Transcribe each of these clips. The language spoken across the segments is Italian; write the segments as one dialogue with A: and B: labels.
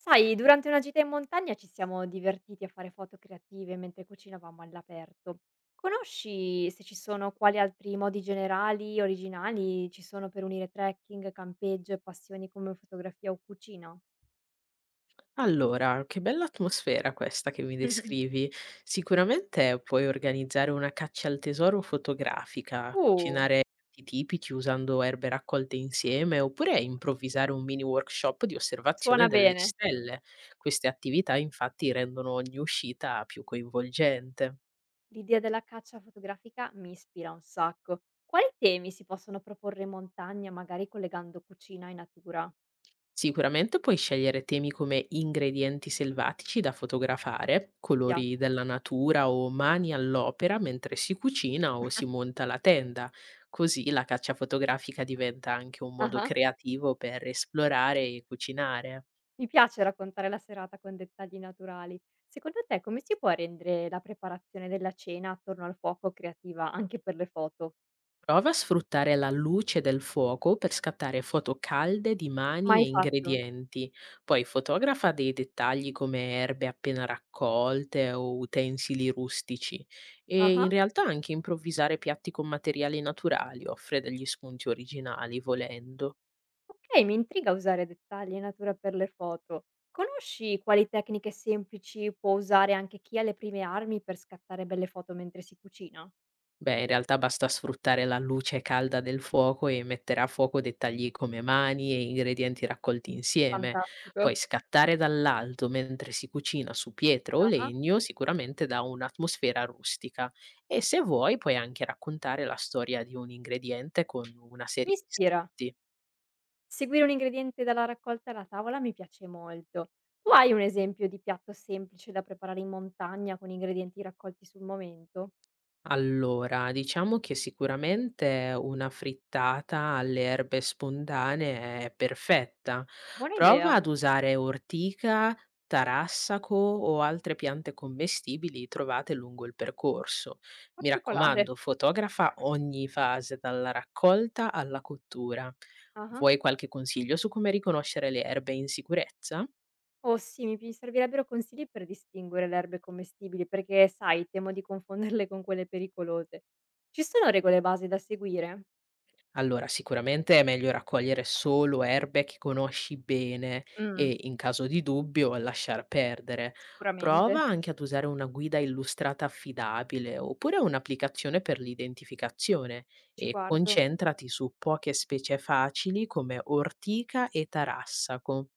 A: Sai, durante una gita in montagna ci siamo divertiti a fare foto creative mentre cucinavamo all'aperto. Conosci se ci sono quali altri modi generali, originali ci sono per unire trekking, campeggio e passioni come fotografia o cucina?
B: Allora, che bella atmosfera questa che mi descrivi. Sicuramente puoi organizzare una caccia al tesoro fotografica,
A: Uh,
B: cucinare piatti tipici usando erbe raccolte insieme, oppure improvvisare un mini workshop di osservazione
A: Suona
B: delle
A: bene.
B: stelle. Queste attività infatti rendono ogni uscita più coinvolgente.
A: L'idea della caccia fotografica mi ispira un sacco. Quali temi si possono proporre in montagna, magari collegando cucina e natura?
B: Sicuramente puoi scegliere temi come ingredienti selvatici da fotografare,
A: Mi piace.
B: colori della natura o mani all'opera mentre si cucina o si monta la tenda. Così la caccia fotografica diventa anche un
A: Ah
B: modo
A: ah.
B: creativo per esplorare e cucinare.
A: Mi piace raccontare la serata con dettagli naturali. Secondo te come si può rendere la preparazione della cena attorno al fuoco creativa anche per le foto?
B: Prova a sfruttare la luce del fuoco per scattare foto calde di mani e
A: Mai fatto?
B: ingredienti. Poi fotografa dei dettagli come erbe appena raccolte o utensili rustici. E in
A: Ah-ah.
B: realtà anche improvvisare piatti con materiali naturali offre degli spunti originali volendo.
A: Okay, mi intriga usare dettagli e natura per le foto. Conosci quali tecniche semplici può usare anche chi ha le prime armi per scattare belle foto mentre si cucina?
B: Beh, in realtà basta sfruttare la luce calda del fuoco e mettere a fuoco dettagli come mani e ingredienti raccolti insieme. Poi
A: Fantastico.
B: scattare dall'alto mentre si cucina su pietra o
A: Ah-ah.
B: legno sicuramente dà un'atmosfera rustica. E se vuoi puoi anche raccontare la storia di un ingrediente con una
A: Mi
B: serie di
A: ispira.
B: scatti.
A: Seguire un ingrediente dalla raccolta alla tavola mi piace molto. Tu hai un esempio di piatto semplice da preparare in montagna con ingredienti raccolti sul momento?
B: Allora, diciamo che sicuramente una frittata alle erbe spontanee è perfetta.
A: Buona
B: Prova
A: idea,
B: ad usare ortica, tarassaco o altre piante commestibili trovate lungo il percorso. Mi
A: particolare.
B: raccomando, fotografa ogni fase, dalla raccolta alla cottura.
A: Ah-ah.
B: Vuoi qualche consiglio su come riconoscere le erbe in sicurezza?
A: Oh sì, mi servirebbero consigli per distinguere le erbe commestibili perché, sai, temo di confonderle con quelle pericolose. Ci sono regole base da seguire?
B: Allora, sicuramente è meglio raccogliere solo erbe che conosci bene
A: Mh,
B: e, in caso di dubbio, lasciar perdere.
A: sicuramente,
B: Prova anche ad usare una guida illustrata affidabile oppure un'applicazione per l'identificazione
A: ci
B: e
A: guardo.
B: concentrati su poche specie facili come ortica e tarassaco.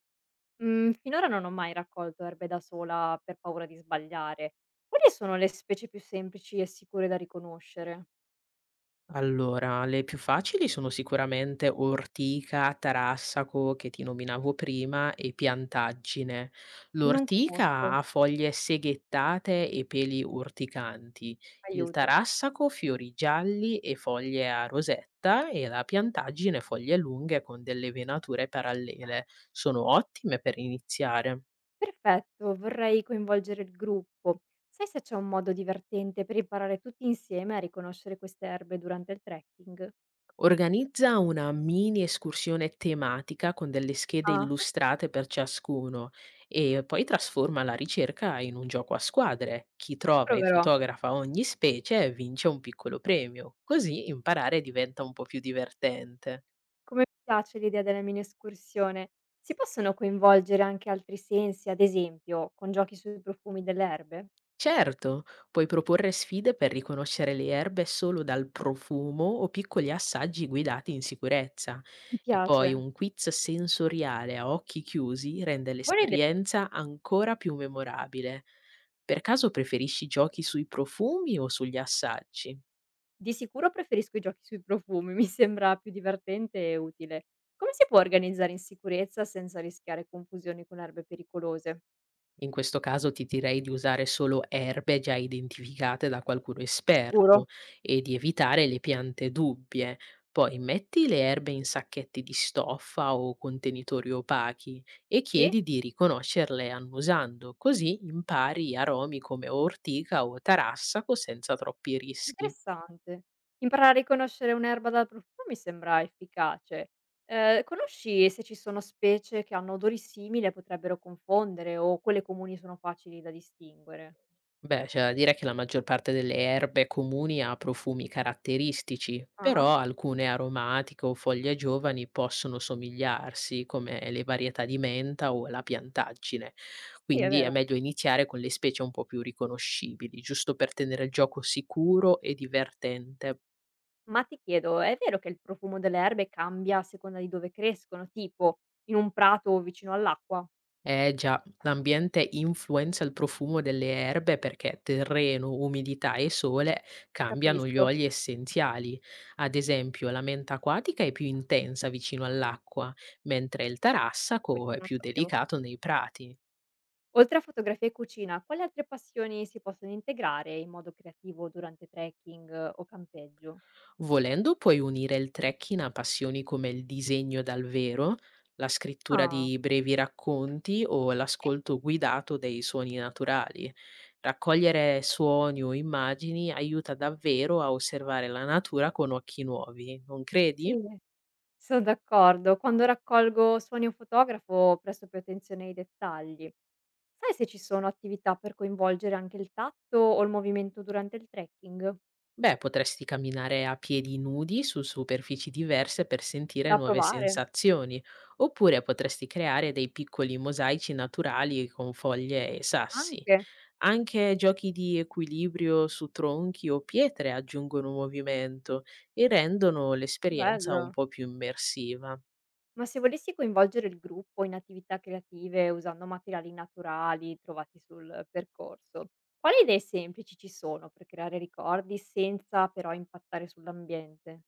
A: Mhmm, finora non ho mai raccolto erbe da sola per paura di sbagliare. Quali sono le specie più semplici e sicure da riconoscere?
B: Allora, le più facili sono sicuramente ortica, tarassaco, che ti nominavo prima, e piantaggine.
A: Non conosco,
B: L'ortica ha foglie seghettate e peli urticanti, il
A: aiuto.
B: tarassaco fiori gialli e foglie a rosetta e la piantaggine foglie lunghe con delle venature parallele. Sono ottime per iniziare.
A: Perfetto, vorrei coinvolgere il gruppo. Sai se c'è un modo divertente per imparare tutti insieme a riconoscere queste erbe durante il trekking?
B: Organizza una mini escursione tematica con delle schede
A: Ah,
B: illustrate per ciascuno e poi trasforma la ricerca in un gioco a squadre. Chi
A: ci
B: trova e
A: proverò.
B: fotografa ogni specie vince un piccolo premio, così imparare diventa un po' più divertente.
A: Come mi piace l'idea della mini escursione. Si possono coinvolgere anche altri sensi, ad esempio, con giochi sui profumi delle erbe?
B: Certo, puoi proporre sfide per riconoscere le erbe solo dal profumo o piccoli assaggi guidati in sicurezza.
A: Mi
B: E poi
A: piace.
B: un quiz sensoriale a occhi chiusi rende
A: Buona idea.
B: l'esperienza ancora più memorabile. Per caso preferisci giochi sui profumi o sugli assaggi?
A: Di sicuro preferisco i giochi sui profumi, mi sembra più divertente e utile. Come si può organizzare in sicurezza senza rischiare confusioni con erbe pericolose?
B: In questo caso ti direi di usare solo erbe già identificate da qualcuno esperto
A: Sicuro?
B: e di evitare le piante dubbie. Poi metti le erbe in sacchetti di stoffa o contenitori opachi e
A: Sì?
B: chiedi di riconoscerle annusando, così impari aromi come ortica o tarassaco senza troppi rischi.
A: Interessante. Imparare a riconoscere un'erba dal profumo mi sembra efficace. Conosci se ci sono specie che hanno odori simili e potrebbero confondere o quelle comuni sono facili da distinguere?
B: Beh, c'è da dire che la maggior parte delle erbe comuni ha profumi caratteristici,
A: Ah,
B: però alcune aromatiche o foglie giovani possono somigliarsi, come le varietà di menta o la piantaggine.
A: sì, è
B: Quindi è
A: vero.
B: meglio iniziare con le specie un po' più riconoscibili, giusto per tenere il gioco sicuro e divertente.
A: Ma ti chiedo, è vero che il profumo delle erbe cambia a seconda di dove crescono, tipo in un prato o vicino all'acqua?
B: Eh già, l'ambiente influenza il profumo delle erbe perché terreno, umidità e sole cambiano gli
A: Capisco,
B: oli essenziali. Ad esempio, la menta acquatica è più intensa vicino all'acqua, mentre il
A: questo
B: tarassaco è
A: non
B: più
A: sapevo.
B: delicato nei prati.
A: Oltre a fotografia e cucina, quali altre passioni si possono integrare in modo creativo durante trekking o campeggio?
B: Volendo puoi unire il trekking a passioni come il disegno dal vero, la scrittura
A: Ah,
B: di brevi racconti o l'ascolto guidato dei suoni naturali. Raccogliere suoni o immagini aiuta davvero a osservare la natura con occhi nuovi, non
A: sì,
B: credi?
A: sì, sono d'accordo. Quando raccolgo suoni o fotografo, presto più attenzione ai dettagli. Sai se ci sono attività per coinvolgere anche il tatto o il movimento durante il trekking?
B: Beh, potresti camminare a piedi nudi su superfici diverse per sentire
A: Da
B: nuove
A: provare,
B: sensazioni, oppure potresti creare dei piccoli mosaici naturali con foglie e sassi.
A: anche.
B: Anche giochi di equilibrio su tronchi o pietre aggiungono movimento e rendono l'esperienza un
A: Bello.
B: po' più immersiva.
A: Ma se volessi coinvolgere il gruppo in attività creative usando materiali naturali trovati sul percorso, quali idee semplici ci sono per creare ricordi senza però impattare sull'ambiente?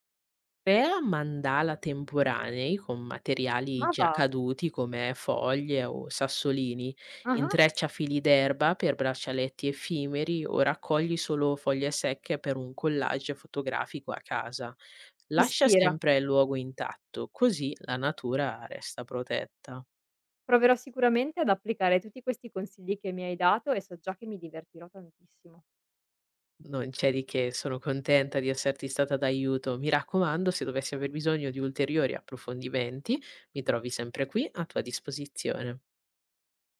B: Crea mandala temporanei con materiali
A: Ma
B: già
A: va,
B: caduti come foglie o sassolini,
A: ah,
B: intreccia fili d'erba per braccialetti effimeri o raccogli solo foglie secche per un collage fotografico a casa. Lascia
A: ispira.
B: sempre il luogo intatto, così la natura resta protetta.
A: Proverò sicuramente ad applicare tutti questi consigli che mi hai dato e so già che mi divertirò tantissimo.
B: Non c'è di che, sono contenta di esserti stata d'aiuto. Mi raccomando, se dovessi aver bisogno di ulteriori approfondimenti, mi trovi sempre qui a tua disposizione.